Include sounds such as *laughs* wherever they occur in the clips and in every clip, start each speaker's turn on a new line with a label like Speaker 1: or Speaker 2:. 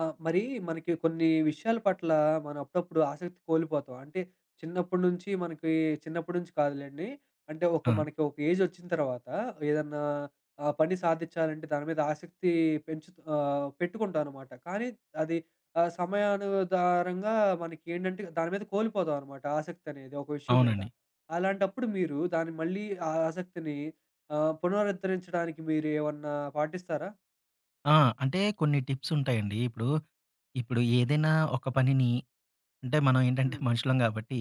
Speaker 1: ఆ! మరి మనకి కొన్ని విషయాల పట్ల మనం అప్పుడప్పుడు ఆసక్తి కోల్పోతాం. అంటే చిన్నప్పటి నుంచి మనకి చిన్నప్పటి నుంచి కాదులెండి. అంటే
Speaker 2: ఆ!
Speaker 1: మనకి ఒక ఏజ్ వచ్చిన తర్వాత ఏదన్నా పని సాధించాలంటే దాని మీద ఆసక్తి పెంచు పెట్టుకుంటాం అనమాట. కానీ అది సమయానుధారంగా మనకి ఏంటంటే దాని మీద కోల్పోతాం అనమాట ఆసక్తి అనేది ఒక విషయం మీద.
Speaker 2: అవునండి.
Speaker 1: అలాంటప్పుడు మీరు దాన్ని మళ్ళీ ఆ ఆసక్తిని పునరుద్ధరించడానికి మీరు ఏమన్నా పాటిస్తారా?
Speaker 2: ఆ! అంటే కొన్ని టిప్స్ ఉంటాయండి. ఇప్పుడు, ఇప్పుడు ఏదైనా ఒక పనిని అంటే మనం ఏంటంటే *laughs*
Speaker 1: హ్మ్.
Speaker 2: మనుషులం కాబట్టి,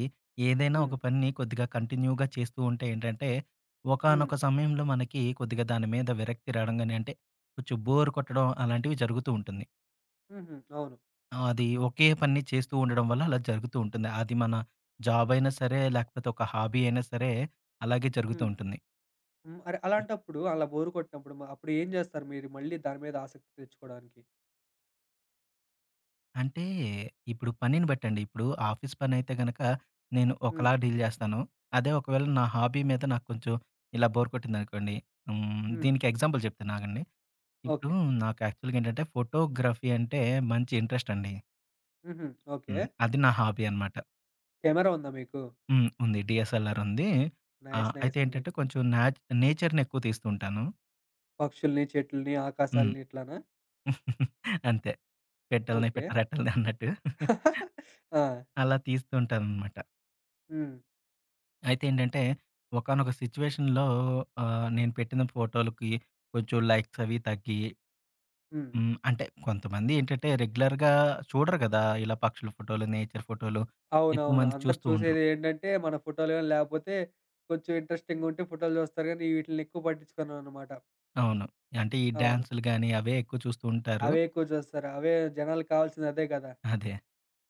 Speaker 2: ఏదైనా ఒక
Speaker 1: హ్మ్.
Speaker 2: పనిని కొద్దిగా కంటిన్యూగా చేస్తూ ఉంటే ఏంటంటే,
Speaker 1: హ్మ్.
Speaker 2: ఒకానొక సమయంలో మనకి కొద్దిగా దాని మీద విరక్తి రావడం గాని, అంటే కొంచెం బోర్ కొట్టడం అలాంటివి జరుగుతూ ఉంటుంది.
Speaker 1: హుహు. అవును.
Speaker 2: అది ఒకే పనిని చేస్తూ ఉండడం వల్ల అలా జరుగుతూ ఉంటుంది. అది మన జాబ్ అయినా సరే, లేకపోతే ఒక హాబీ అయినా సరే అలాగే జరుగుతూ
Speaker 1: హ్మ్.
Speaker 2: ఉంటుంది.
Speaker 1: హ్మ్. అరె అలాంటప్పుడు అలా బోర్ కొట్టినప్పుడు అప్పుడు ఏం జేస్తారు మీరు మళ్ళీ దాని మీద ఆసక్తి తెచ్చుకోవడానికి?
Speaker 2: అంటే, ఇప్పుడు పనిని బట్టండి. ఇప్పుడు ఆఫీస్ పనైతే గనక నేను ఒకలా
Speaker 1: హ్మ్.
Speaker 2: డీల్ జేస్తాను. అదే ఒకవేళ నా హాబీ మీద నాకు కొంచెం ఇలా బోర్ కొట్టిందనుకోండి. హ్మ్.
Speaker 1: హ్మ్.
Speaker 2: దీనికి ఎగ్జాంపుల్ చెప్తాను ఆగండి. ఇప్పుడు
Speaker 1: ఓకే.
Speaker 2: నాకు యాక్చువల్‌గా ఏంటంటే ఫోటోగ్రఫీ అంటే మంచి ఇంట్రెస్ట్ అండి.
Speaker 1: హుహు. ఓకే.
Speaker 2: హ్మ్. అది నా హాబీ అనమాట.
Speaker 1: కెమెరా ఉందా మీకు?
Speaker 2: హ్మ్. ఉంది. డీఎస్ఎల్ఆర్ ఉంది.
Speaker 1: నైస్.
Speaker 2: అయితే
Speaker 1: నైస్ అండి.
Speaker 2: ఏంటంటే కొంచెం నేచర్‌ని ఎక్కువ తీస్తూ ఉంటాను.
Speaker 1: పక్షుల్ని, చెట్లని,
Speaker 2: హ్మ్.
Speaker 1: ఆకాశాల్ని ఇట్లానా?
Speaker 2: *laughs* అంతే. పెట్టెలని,
Speaker 1: ఓకే.
Speaker 2: పిట్టరెట్టలని అన్నట్టు
Speaker 1: ఆ!
Speaker 2: అలా తీస్తూ ఉంటాననమాట.
Speaker 1: హ్మ్.
Speaker 2: అయితే ఏంటంటే, ఒకానొక సిట్యుయేషన్‌లో నేను పెట్టిన ఫోటోలకి కొంచెం లైక్స్ అవి తగ్గి
Speaker 1: హ్మ్.
Speaker 2: హ్మ్. అంటే కొంతమంది ఏంటంటే, రెగ్యులర్‌గా చూడరు కదా! ఇలా పక్షుల ఫోటోలు, నేచర్ ఫోటోలు ఎక్కువ
Speaker 1: అవునవును.
Speaker 2: మంది
Speaker 1: అందరూ
Speaker 2: చూస్తూ ఉండరు.
Speaker 1: చూసేది ఏంటంటే మన ఫోటోలు గాని లేపోతే కొంచెం ఇంట్రెస్టింగుంటే ఫోటోలు జూస్తారు గానీ వీటిల్ని ఎక్కువ పట్టించుకోననమాట.
Speaker 2: అవును. అంటే ఈ
Speaker 1: అవును.
Speaker 2: డాన్సులు గాని, అవే ఎక్కువ చూస్తూ ఉంటారు.
Speaker 1: అవే ఎక్కువ జూస్తారు. అవే జనాలకి కావాల్సింది అదే గదా!
Speaker 2: అదే.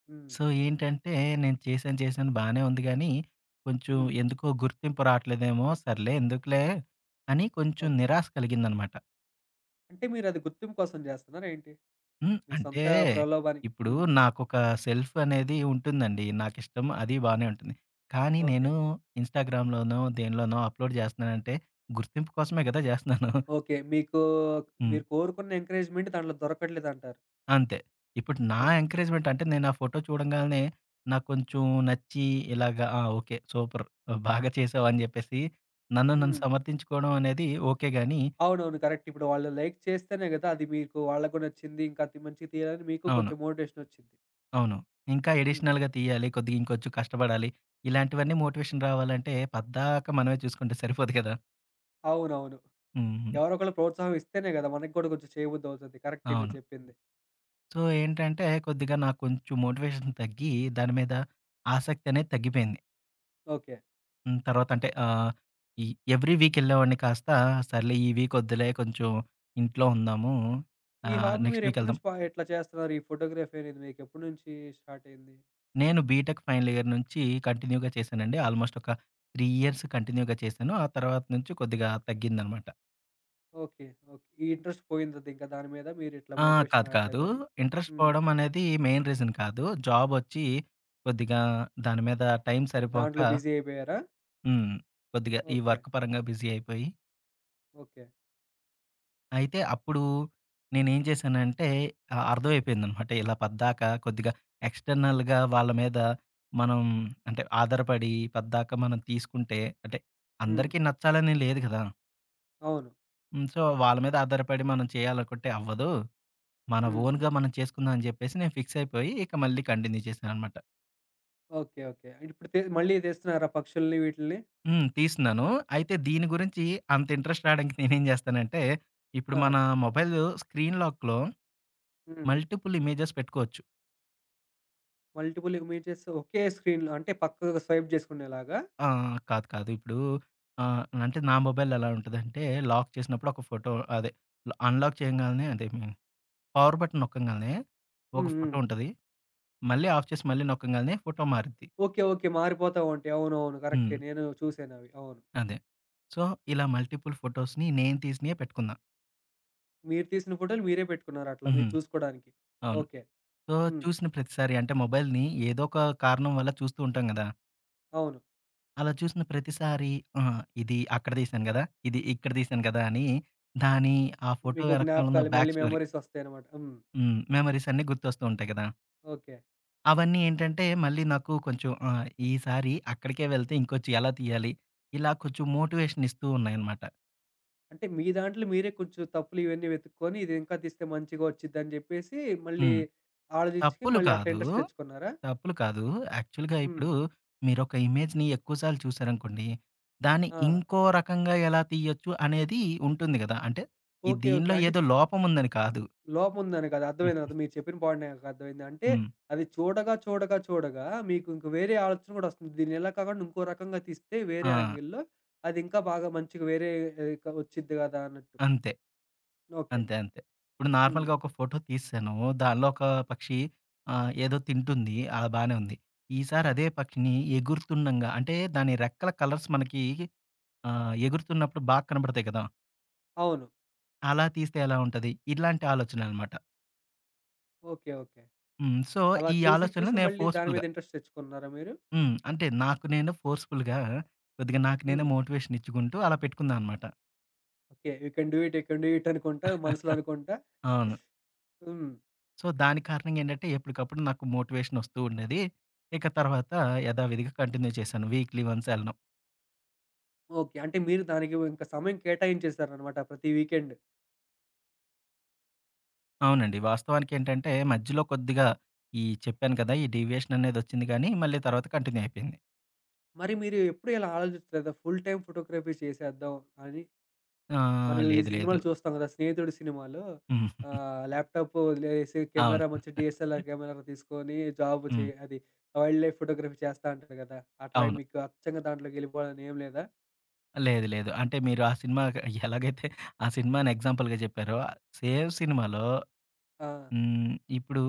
Speaker 1: హ్మ్.
Speaker 2: సో, ఏంటంటే నేను చేశాను, చేశాను బానే ఉంది గానీ, కొంచెం
Speaker 1: హ్మ్.
Speaker 2: ఎందుకో గుర్తింపు రాట్లేదేమో, సర్లే ఎందుకులే అని కొంచెం
Speaker 1: ఓకే.
Speaker 2: నిరాశ కలిగిందనమాట.
Speaker 1: అంటే మీరది గుర్తింపు కోసం జేస్తున్నారా ఏంటి?
Speaker 2: హ్మ్.
Speaker 1: మీ
Speaker 2: అంటే
Speaker 1: సొంత ప్రలోభానికి
Speaker 2: ఇప్పుడు
Speaker 1: హ్మ్.
Speaker 2: నాకొక సెల్ఫ్ అనేది ఉంటుందండి. నాకిష్టం అది బానే ఉంటుంది. కానీ
Speaker 1: ఓకే.
Speaker 2: నేను ఇన్‌స్టాగ్రామ్‌లోనో, దేనిలోనో అప్‌లోడ్ చేస్తున్నానంటే గుర్తింపు కోసమే కదా! చేస్తున్నాను.
Speaker 1: ఓకే.
Speaker 2: హ్మ్.
Speaker 1: మీరు కోరుకున్న ఎంకరేజ్‌మెంట్ దాంట్లో దొరకట్లేదంటారు.
Speaker 2: అంతే. ఇప్పుడు నా
Speaker 1: ఓకే.
Speaker 2: ఎంకరేజ్‌మెంట్ అంటే నేను ఆ ఫోటో చూడంగాల్నే నాకు కొంచెం నచ్చి ఇలాగా ఆ! ఓకే. సూపర్ బాగా చేసావు అని చెప్పేసి నన్ను నన్ను
Speaker 1: హ్మ్.
Speaker 2: సమర్థించుకోవడం అనేది ఓకే గాని
Speaker 1: అవునవును. కరెక్ట్. ఇప్పుడు వాళ్ళు లైక్ చేస్తేనే గదా! అది మీకు వాళ్ళకి గూడా నచ్చింది. ఇంకా మంచిగా తీయాలని మీకు
Speaker 2: అవును.
Speaker 1: కొంచెం మోటివేషనొచ్చింది.
Speaker 2: అవును. ఇంకా
Speaker 1: హ్మ్.
Speaker 2: అడిషనల్‌గా తీయాలి. కొద్దిగా ఇంకొంచెం కష్టపడాలి. ఇలాంటివన్నీ మోటివేషన్ రావాలంటే పద్దాక మనమే చూసుకుంటే సరిపోదు కదా!
Speaker 1: అవునవును.
Speaker 2: హ్మ్.
Speaker 1: ఎవరో ఒకళ్ళు ప్రోత్సాహం ఇస్తేనే గదా! మనకు గూడా కొంచెం చేయబుద్దవుతది. కరెక్టే మీరు
Speaker 2: అవును.
Speaker 1: చెప్పింది.
Speaker 2: సో, ఏంటంటే కొద్దిగా నాకు కొంచెం మోటివేషన్ తగ్గి దాని మీద ఆసక్తి అనేది తగ్గిపోయింది.
Speaker 1: ఓకే.
Speaker 2: హ్మ్. తర్వాత అంటే ఈ ఎవ్రీ వీక్ ఎళ్ళేవాడిని కాస్త సర్లే ఈ వీక్ వద్దులే కొంచెం ఇంట్లో ఉందాము.
Speaker 1: ఈ హాబీ
Speaker 2: నెక్స్ట్ వీక్
Speaker 1: మీరెప్పటి
Speaker 2: ఎళ్దాం.
Speaker 1: నుంచి ఇట్లా చేస్తున్నారు? ఈ ఫోటోగ్రఫీ అనేది మీకెప్పటి నుంచి స్టార్ట్ అయింది?
Speaker 2: నేను బీటెక్ ఫైనల్ ఇయర్ నుంచి కంటిన్యూగా చేశానండి. ఆల్మోస్ట్ ఒక 3 ఇయర్స్ కంటిన్యూగా చేశాను. ఆ తర్వాత నుంచి కొద్దిగా తగ్గిందనమాట.
Speaker 1: ఓకే. ఓకే. ఈ ఇంట్రెస్ట్ పోయిందింక దాని మీద మీరిట్లా
Speaker 2: ఆ! కాదు.
Speaker 1: మోటివేషన్
Speaker 2: కాదు.
Speaker 1: రాట్లేదని.
Speaker 2: ఇంట్రెస్ట్
Speaker 1: హ్మ్.
Speaker 2: పోవడం అనేది మెయిన్ రీజన్ కాదు. జాబొచ్చి కొద్దిగా దాని మీద టైం సరిపోక
Speaker 1: దాంట్లో బిజీ అయిపోయారా?
Speaker 2: హ్మ్. కొద్దిగా ఈ
Speaker 1: ఓకే.
Speaker 2: వర్క్ పరంగా బిజీ అయిపోయి,
Speaker 1: ఓకే.
Speaker 2: అయితే అప్పుడు నేనేం చేశానంటే అర్థమైపోయిందనమాట. ఇలా పద్దాక కొద్దిగా ఎక్స్‌టర్నల్‌గా వాళ్ళ మీద మనం అంటే ఆధారపడి పద్దాక మనం తీసుకుంటే అంటే
Speaker 1: హ్మ్.
Speaker 2: అందరికీ నచ్చాలని లేదు కదా!
Speaker 1: అవును.
Speaker 2: హ్మ్. సో, వాళ్ళ మీద ఆధారపడి మనం చేయాలనుకుంటే అవ్వదు. మన
Speaker 1: హ్మ్.
Speaker 2: ఓన్‌గా మనం చేసుకుందాం అని చెప్పేసి నేను ఫిక్స్ అయిపోయి ఇక మళ్ళీ కంటిన్యూ చేశాననమాట.
Speaker 1: ఓకే. ఓకే. ఇప్పుడు మళ్ళీ తెస్తున్నారా పక్షుల్ని వీటిల్ని?
Speaker 2: హ్మ్. తీస్తున్నాను. అయితే దీని గురించి అంత ఇంట్రెస్ట్ రాడానికి నేనేం జేస్తానంటే, ఇప్పుడు
Speaker 1: ఆ!
Speaker 2: మన మొబైల్ స్క్రీన్ లాక్‌లో
Speaker 1: హ్మ్.
Speaker 2: మల్టిపుల్ ఇమేజెస్ పెట్టుకోవచ్చు.
Speaker 1: మల్టిపుల్ ఇమేజెస్ ఒకే స్క్రీన్‌లో అంటే పక్కగా స్వైప్ చేసుకునేలాగా?
Speaker 2: కాదు, కాదు. ఇప్పుడు అంటే నా మొబైల్ ఎలా ఉంటదంటే, లాక్ చేసినప్పుడు ఒక ఫోటో అదే అన్‌లాక్ చేయంగాల్నే అదే మీన్ పవర్ బటన్ నొక్కంగాల్నే ఒక
Speaker 1: హ్మ్.
Speaker 2: ఫోటో
Speaker 1: హ్మ్.
Speaker 2: ఉంటది. మళ్ళీ ఆఫ్ చేసి మళ్ళీ నొక్కంగాల్నే ఫోటో మారిద్ది.
Speaker 1: ఓకే. ఓకే. మారిపోతా ఉంటాయి. అవునవును.
Speaker 2: హ్మ్.
Speaker 1: కరెక్టే. నేను చూసానవి. అవును.
Speaker 2: అదే. సో, ఇలా మల్టిపుల్ ఫోటోస్‌ని నేను తీసినయే పెట్టుకున్నా.
Speaker 1: మీరు తీసిన ఫోటోలు మీరే పెట్టుకున్నారు అట్లా మీరు
Speaker 2: హ్మ్.
Speaker 1: చూసుకోడానికి.
Speaker 2: అవును.
Speaker 1: ఓకే.
Speaker 2: సో,
Speaker 1: హ్మ్.
Speaker 2: చూసిన ప్రతిసారి అంటే మొబైల్‌ని ఏదో ఒక కారణం వల్ల చూస్తూ ఉంటాం గదా!
Speaker 1: అవును.
Speaker 2: అలా చూసిన ప్రతిసారి ఆహా! ఇది అక్కడ తీశాను గదా! ఇది ఇక్కడ తీశాను గదా! అని దాని ఆ ఫోటో
Speaker 1: మీకు
Speaker 2: వెనకమాల ఉన్న
Speaker 1: జ్ఞాపకాలు మళ్ళీ
Speaker 2: బ్యాక్ స్టోరీ
Speaker 1: మెమోరీస్ వస్తాయన్నమాట. హ్మ్.
Speaker 2: హ్మ్. మెమోరీస్ అన్నీ గుర్తొస్తూ ఉంటాయి గదా!
Speaker 1: ఓకే.
Speaker 2: అవన్నీ ఏంటంటే మళ్ళీ నాకు కొంచెం ఆ! ఈసారి అక్కడికే వెళ్తే ఇంకొంచెం ఎలా తీయాలి? ఇలా కొంచెం మోటివేషన్ ఇస్తూ ఉన్నాయన్నమాట.
Speaker 1: అంటే మీ దాంట్లో మీరే కొంచెం తప్పులు ఇవన్నీ వెతుక్కొని, ఇది ఇంకా తీస్తే మంచిగా వచ్చిద్దని జెప్పేసి మళ్ళీ
Speaker 2: హ్మ్.
Speaker 1: ఆలోచించి
Speaker 2: తప్పులు
Speaker 1: మళ్ళీ అట్లా
Speaker 2: కాదు
Speaker 1: ఇంట్రెస్ట్ తెచ్చుకున్నారా?
Speaker 2: తప్పులు కాదు. యాక్చువల్‌గా
Speaker 1: హ్మ్.
Speaker 2: ఇప్పుడు మీరొక ఇమేజ్‌ని ఎక్కువ సార్లు చూసారనుకోండి, దాన్ని
Speaker 1: ఆ!
Speaker 2: ఇంకో రకంగా ఎలా తీయొచ్చు అనేది ఉంటుంది గదా! అంటే ఈ
Speaker 1: ఓకే. ఓకే.
Speaker 2: దీనిలో
Speaker 1: అంటే
Speaker 2: ఏదో లోపం ఉందని కాదు.
Speaker 1: లోపం ఉందని కాదు. అర్థమైంది.
Speaker 2: హ్మ్.
Speaker 1: అది మీరు చెప్పిన పాయింట్ నాకు అర్థమైంది. అంటే
Speaker 2: హ్మ్.
Speaker 1: అది చూడగా, చూడగా, చూడగా మీకు ఇంక వేరే ఆలోచన గూడా వస్తుంది. దీన్ని ఇలా కాకుండా ఇంకో రకంగా తీస్తే వేరే
Speaker 2: ఆ!
Speaker 1: యాంగిల్‌లో అది ఇంకా బాగా మంచిగా వేరే ఆహ్, క వచ్చిద్ది గదా! అన్నట్టు.
Speaker 2: అంతే.
Speaker 1: ఓకే.
Speaker 2: అంతే. అంతే. ఇప్పుడు
Speaker 1: హ్మ్.
Speaker 2: నార్మల్‌గా ఒక ఫోటో తీసాను. దానిలో ఒక పక్షి ఏదో తింటుంది. అలా బానే ఉంది. ఈసారి అదే పక్షిని ఎగురుతుండంగా అంటే దాని రెక్కల కలర్స్ మనకి ఎగురుతున్నప్పుడు బాగా కనపడతాయి కదా!
Speaker 1: అవును.
Speaker 2: అలా తీస్తే ఎలా ఉంటది? ఇలాంటి ఆలోచననమాట.
Speaker 1: ఓకే. ఓకే.
Speaker 2: హ్మ్. సో,
Speaker 1: అలా
Speaker 2: ఈ
Speaker 1: చూసి,
Speaker 2: ఆలోచనలో
Speaker 1: చూసి
Speaker 2: నేను
Speaker 1: మళ్ళీ దాని మీద
Speaker 2: ఫోర్స్‌ఫుల్‌గా
Speaker 1: ఇంట్రెస్ట్ తెచ్చుకున్నారా మీరు?
Speaker 2: హ్మ్. అంటే నాకు నేను ఫోర్స్‌ఫుల్‌గా కొద్దిగా నాకు నేనే
Speaker 1: హ్మ్.
Speaker 2: మోటివేషన్ ఇచ్చుకుంటూ అలా పెట్టుకున్నా అనమాట.
Speaker 1: Okay. You can do it. You can do it అనుకుంటా మనసులో అనుకుంటా.
Speaker 2: అవును.
Speaker 1: హ్మ్.
Speaker 2: సో, దానికి కారణంగా ఏంటంటే ఎప్పటికప్పుడు నాకు మోటివేషన్ వస్తూ ఉండేది. ఇక తర్వాత యథావిధిగా కంటిన్యూ చేశాను. వీక్లీ వన్స్ ఎళ్ళడం.
Speaker 1: ఓకే. అంటే మీరు దానికి ఇంక సమయం కేటాయించేసారనమాట ప్రతి వీకెండ్.
Speaker 2: అవునండి. వాస్తవానికి ఏంటంటే మధ్యలో కొద్దిగా ఈ చెప్పాను కదా! ఈ డీవియేషన్ అనేది వచ్చింది గానీ మళ్ళీ తర్వాత కంటిన్యూ అయిపోయింది.
Speaker 1: మరి మీరు ఎప్పుడు ఇలా ఆలోచించలేదా ఫుల్ టైమ్ ఫోటోగ్రఫీ చేసేద్దాం అని?
Speaker 2: ఆ!
Speaker 1: మనం ఈ
Speaker 2: లేదు లేదు.
Speaker 1: సినిమాలు చూస్తాం గదా! 'స్నేహితుడు' సినిమాలో
Speaker 2: హ్మ్.
Speaker 1: ల్యాప్‌టాప్ వదిలేసి
Speaker 2: అవును.
Speaker 1: కెమెరా మంచి డీఎస్ఎల్ఆర్ కెమెరా తీసుకొని జాబ్
Speaker 2: హ్మ్.
Speaker 1: అది వైల్డ్ లైఫ్ ఫోటోగ్రఫీ చేస్తా అంటారు గదా! అట్లాగే
Speaker 2: అవును.
Speaker 1: మీకు అచ్చంగా దాంట్లోకెళ్ళిపోవాలని ఏం లేదా?
Speaker 2: లేదు. లేదు. అంటే మీరు ఆ సినిమా *laughs* ఎలాగైతే ఆ సినిమాని ఎగ్జాంపుల్‌గా చెప్పారో సేమ్ సినిమాలో
Speaker 1: ఆ!
Speaker 2: హ్మ్. ఇప్పుడు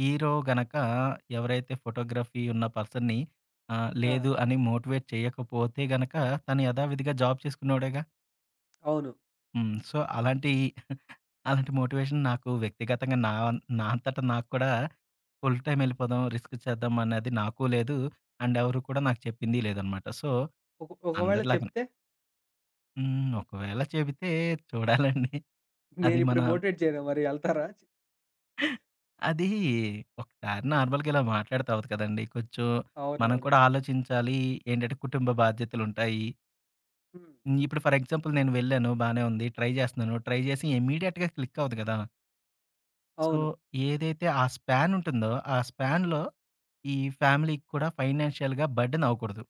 Speaker 2: హీరో గనక ఎవరైతే ఫోటోగ్రఫీ ఉన్న పర్సన్‌ని
Speaker 1: ఆ!
Speaker 2: లేదు అని మోటివేట్ చేయకపోతే గనక తను యథావిధిగా జాబ్ చేసుకునేవాడేగా.
Speaker 1: అవును.
Speaker 2: హ్మ్. సో, అలాంటి *laughs* అలాంటి మోటివేషన్ నాకు వ్యక్తిగతంగా నా నా అంతట నాకు కూడా ఫుల్ టైమ్ ఎళ్ళిపోదాం రిస్క్ చేద్దాం అనేది నాకు లేదు. అండ్ ఎవరు కూడా నాకు చెప్పింది లేదనమాట. సో,
Speaker 1: ఒకవేళ
Speaker 2: అందరిలాగా
Speaker 1: చెప్తే
Speaker 2: హ్మ్. ఒకవేళ చెబితే చూడాలండి. అది మన
Speaker 1: నేనిప్పుడు మోటివేట్ చేయనా మరి ఎళ్తారా?
Speaker 2: అది ఒకసారి నార్మల్‌గా ఇలా మాట్లాడితే అవ్వదు కదండీ! కొంచెం మనం
Speaker 1: అవునవును.
Speaker 2: కూడా ఆలోచించాలి. ఏంటంటే కుటుంబ బాధ్యతలుంటాయి.
Speaker 1: హ్మ్.
Speaker 2: హ్మ్. ఇప్పుడు ఫర్ ఎగ్జాంపుల్ నేను వెళ్ళాను. బానే ఉంది. ట్రై చేస్తున్నాను. ట్రై చేసి ఇమ్మీడియేట్‌గా క్లిక్ అవ్వదు కదా! సో,
Speaker 1: అవును.
Speaker 2: ఏదైతే ఆ స్పాన్ ఉంటుందో, ఆ స్పాన్‌లో ఈ ఫ్యామిలీకి కూడా ఫైనాన్షియల్‌గా బర్డెన్ అవ్వకూడదు.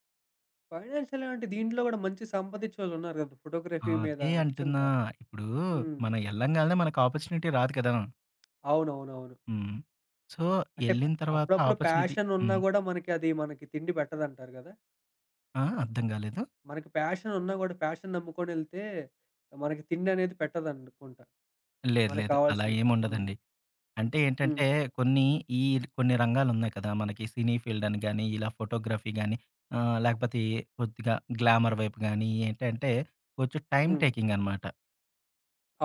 Speaker 1: ఫైనాన్షియల్ అంటే దీంట్లో గూడా మంచి సంపాదిచ్చేవాళ్ళున్నారు గదా! ఫోటోగ్రఫీ మీద
Speaker 2: అదే అంటున్నా.
Speaker 1: అచ్చంగా.
Speaker 2: ఇప్పుడు
Speaker 1: హ్మ్.
Speaker 2: మనం ఎళ్ళంగాల్నే మనకు ఆపర్చునిటీ రాదు కదా!
Speaker 1: అవునవునవును.
Speaker 2: హ్మ్. సో,
Speaker 1: అంటే
Speaker 2: యెళ్ళిన తర్వాత
Speaker 1: అప్పుడప్పుడు
Speaker 2: ఆపర్చునిటీ
Speaker 1: ప్యాషన్ ఉన్నా
Speaker 2: హ్మ్.
Speaker 1: గూడా మనకి అది మనకి తిండి పెట్టదంటారు గదా!
Speaker 2: ఆ! అర్థం గాలేదు.
Speaker 1: మనకి ప్యాషన్ ఉన్నా గూడా ప్యాషన్ నమ్ముకొనెళ్తే మనకి తిండనేది పెట్టదనుకుంటా.
Speaker 2: లేదు.
Speaker 1: మనకు
Speaker 2: లేదు. అలా
Speaker 1: కావాల్సినట్టు. హ్మ్.
Speaker 2: ఏముండదండి. అంటే
Speaker 1: హ్మ్.
Speaker 2: ఏంటంటే, కొన్ని ఈ కొన్ని రంగాలున్నాయి కదా! మనకి సినీ ఫీల్డ్ అని గాని, ఇలా ఫోటోగ్రఫీ గాని, లేకపోతే కొద్దిగా గ్లామర్ వైపు గాని ఏంటంటే, కొంచెం టైమ్
Speaker 1: హ్మ్.
Speaker 2: టేకింగ్ అనమాట.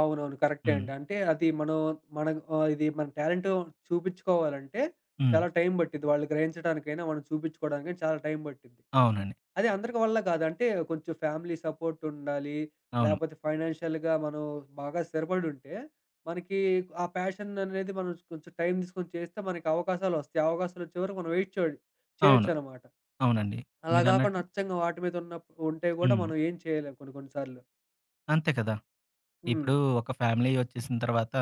Speaker 1: అవునవును. కరెక్టే
Speaker 2: హ్మ్.
Speaker 1: అండి. అంటే అది మనం మన ఇది మన టాలెంట్ చూపించుకోవాలంటే
Speaker 2: హ్మ్.
Speaker 1: చాలా టైం పట్టిద్ది. వాళ్ళు గ్రహించడానికైనా, మనం చూపించుకోవడానికైనా చాలా టైం పట్టిద్ది.
Speaker 2: అవునండి.
Speaker 1: అదే అందరి వల్ల కాదు. అంటే కొంచెం ఫ్యామిలీ సపోర్ట్ ఉండాలి.
Speaker 2: అవును.
Speaker 1: లేపోతే ఫైనాన్షియల్‌గా మనం బాగా స్థిరపడి ఉంటే, మనకి ఆ ప్యాషన్ అనేది మనం కొంచెం టైం తీసుకొని చేస్తే మనకి అవకాశాలు వస్తాయి. అవకాశాలు వచ్చే వరకు మనం వెయిట్
Speaker 2: అవును.
Speaker 1: చేయొచ్చనమాట.
Speaker 2: అవునండి.
Speaker 1: అలా కాకుండా
Speaker 2: మీరన్నట్టు
Speaker 1: అచ్చంగా వాటి మీద ఉన్న ఉంటే కూడా
Speaker 2: హ్మ్.
Speaker 1: మనం ఏం చేయలేం కొన్ని కొన్ని సార్లు.
Speaker 2: అంతే కదా!
Speaker 1: హ్మ్.
Speaker 2: ఇప్పుడు ఒక ఫ్యామిలీ వచ్చేసిన తర్వాత,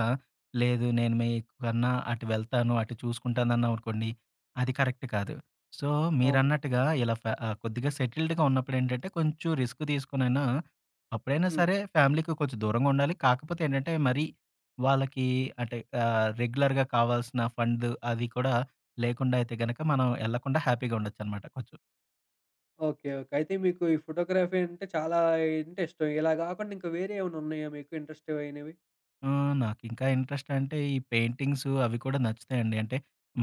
Speaker 2: లేదు నేను మీకన్నా అటు వెళ్తాను, అటు చూసుకుంటానన్నామనుకోండి, అది కరెక్ట్ కాదు. సో,
Speaker 1: అవును.
Speaker 2: మీరన్నట్టుగా ఇలా కొద్దిగా సెటిల్డ్‌గా ఉన్నప్పుడేంటంటే, కొంచెం రిస్క్ తీసుకొనైనా, అప్పుడైనా
Speaker 1: హ్మ్.
Speaker 2: సరే ఫ్యామిలీకి కొంచెం దూరంగా ఉండాలి. కాకపోతే ఏంటంటే, మరీ వాళ్ళకి అంటే రెగ్యులర్‌గా కావాల్సిన ఫండ్ అది కూడా లేకుండా అయితే గనక, మనం ఎళ్ళకుండా హ్యాపీగా ఉండొచ్చనమాట కొంచెం.
Speaker 1: ఓకే. ఓకే. అయితే మీకు ఈ ఫోటోగ్రఫీ అంటే చాలా ఇంట్రెస్టు. ఇలా గాకుండా ఇంకా వేరే ఏమైనా ఉన్నాయా మీకు ఇంట్రెస్ట్ అయినవి?
Speaker 2: ఆ! నాకింకా ఇంట్రెస్ట్ అంటే, ఈ పెయింటింగ్స్ అవి కూడా నచ్చుతాయండి. అంటే,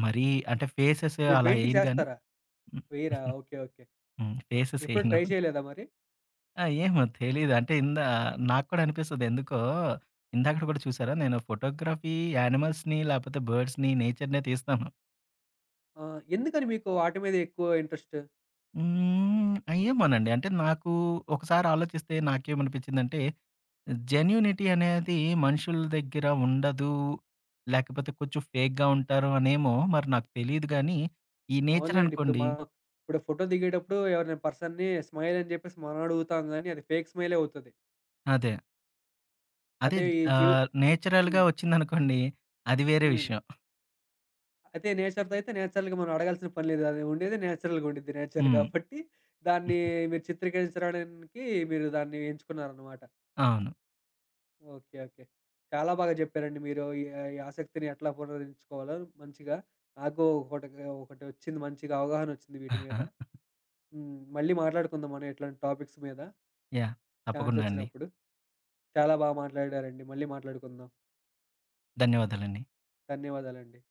Speaker 2: మరీ అంటే ఫేసెస్
Speaker 1: మీరు
Speaker 2: అలా
Speaker 1: పెయింటింగ్స్
Speaker 2: ఎయను గానీ
Speaker 1: ఏస్తారా?
Speaker 2: హ్మ్.
Speaker 1: వెయ్యరా? ఓకే. ఓకే.
Speaker 2: హ్మ్. ఫేసెస్
Speaker 1: ఎప్పుడు
Speaker 2: ఎయను.
Speaker 1: ట్రై చేయలేదా మరి?
Speaker 2: ఆ! ఏమో తెలీదు. అంటే ఇందా నాకు కూడా అనిపిస్తది. ఎందుకో ఇందాకడ కూడా చూసారా, నేను ఫోటోగ్రఫీ యానిమల్స్‌ని, లేపోతే బర్డ్స్‌ని, నేచర్‌నే తీస్తాను.
Speaker 1: ఎందుకని మీకు వాటి మీద ఎక్కువ ఇంట్రెస్ట్?
Speaker 2: హ్మ్. ఏమోనండి. అంటే నాకు ఒకసారి ఆలోచిస్తే నాకేమనిపిచ్చిందంటే జెన్యూనిటీ అనేది మనుషుల దగ్గర ఉండదు. లేకపోతే కొంచెం ఫేక్‌గా ఉంటారు అనేమో మరి నాకు తెలీదు గానీ, ఈ నేచర్
Speaker 1: అవునులేండి. ఇప్పుడు
Speaker 2: అనుకోండి
Speaker 1: మనం ఇప్పుడు ఫోటో దిగేటప్పుడు ఎవరైనా పర్సన్‌ని స్మైల్ అని చెప్పేసి మనం అడుగుతాం గానీ, అది ఫేక్ స్మైలే అవుతది.
Speaker 2: అదే. అదే
Speaker 1: అదే ఈ జీవి
Speaker 2: నేచురల్‌గా
Speaker 1: హ్మ్.
Speaker 2: వచ్చిందనుకోండి అది వేరే
Speaker 1: హ్మ్.
Speaker 2: విషయం.
Speaker 1: అదే నేచర్‌తో అయితే నేచురల్‌గా మనం అడగాల్సిన పని లేదు. అది ఉండేది నేచురల్‌గా ఉండిద్ది నేచర్
Speaker 2: హ్మ్.
Speaker 1: గాబట్టి, దాన్ని
Speaker 2: *laughs*
Speaker 1: మీరు చిత్రీకరించడానికి మీరు దాన్ని ఎంచుకున్నారనమాట.
Speaker 2: అవును.
Speaker 1: ఓకే. ఓకే. చాలా బాగా జెప్పారండి మీరు. ఈ ఆసక్తిని ఎట్లా పునరుద్ధరించుకోవాలో మంచిగా. నాకు ఒకటిగా ఒకటొచ్చింది మంచిగా అవగాహనొచ్చింది వీటి
Speaker 2: ఆహా!
Speaker 1: మీద. హ్మ్. మళ్ళీ మాట్లాడుకుందాం మనం ఇట్లాంటి టాపిక్స్ మీద
Speaker 2: యాహ్! తప్పకుండా అండి.
Speaker 1: ఛాన్సొచ్చినప్పుడు. చాలా బాగా మాట్లాడారండి. మళ్ళీ మాట్లాడుకుందాం.
Speaker 2: ధన్యవాదాలండి.
Speaker 1: ధన్యవాదాలండి.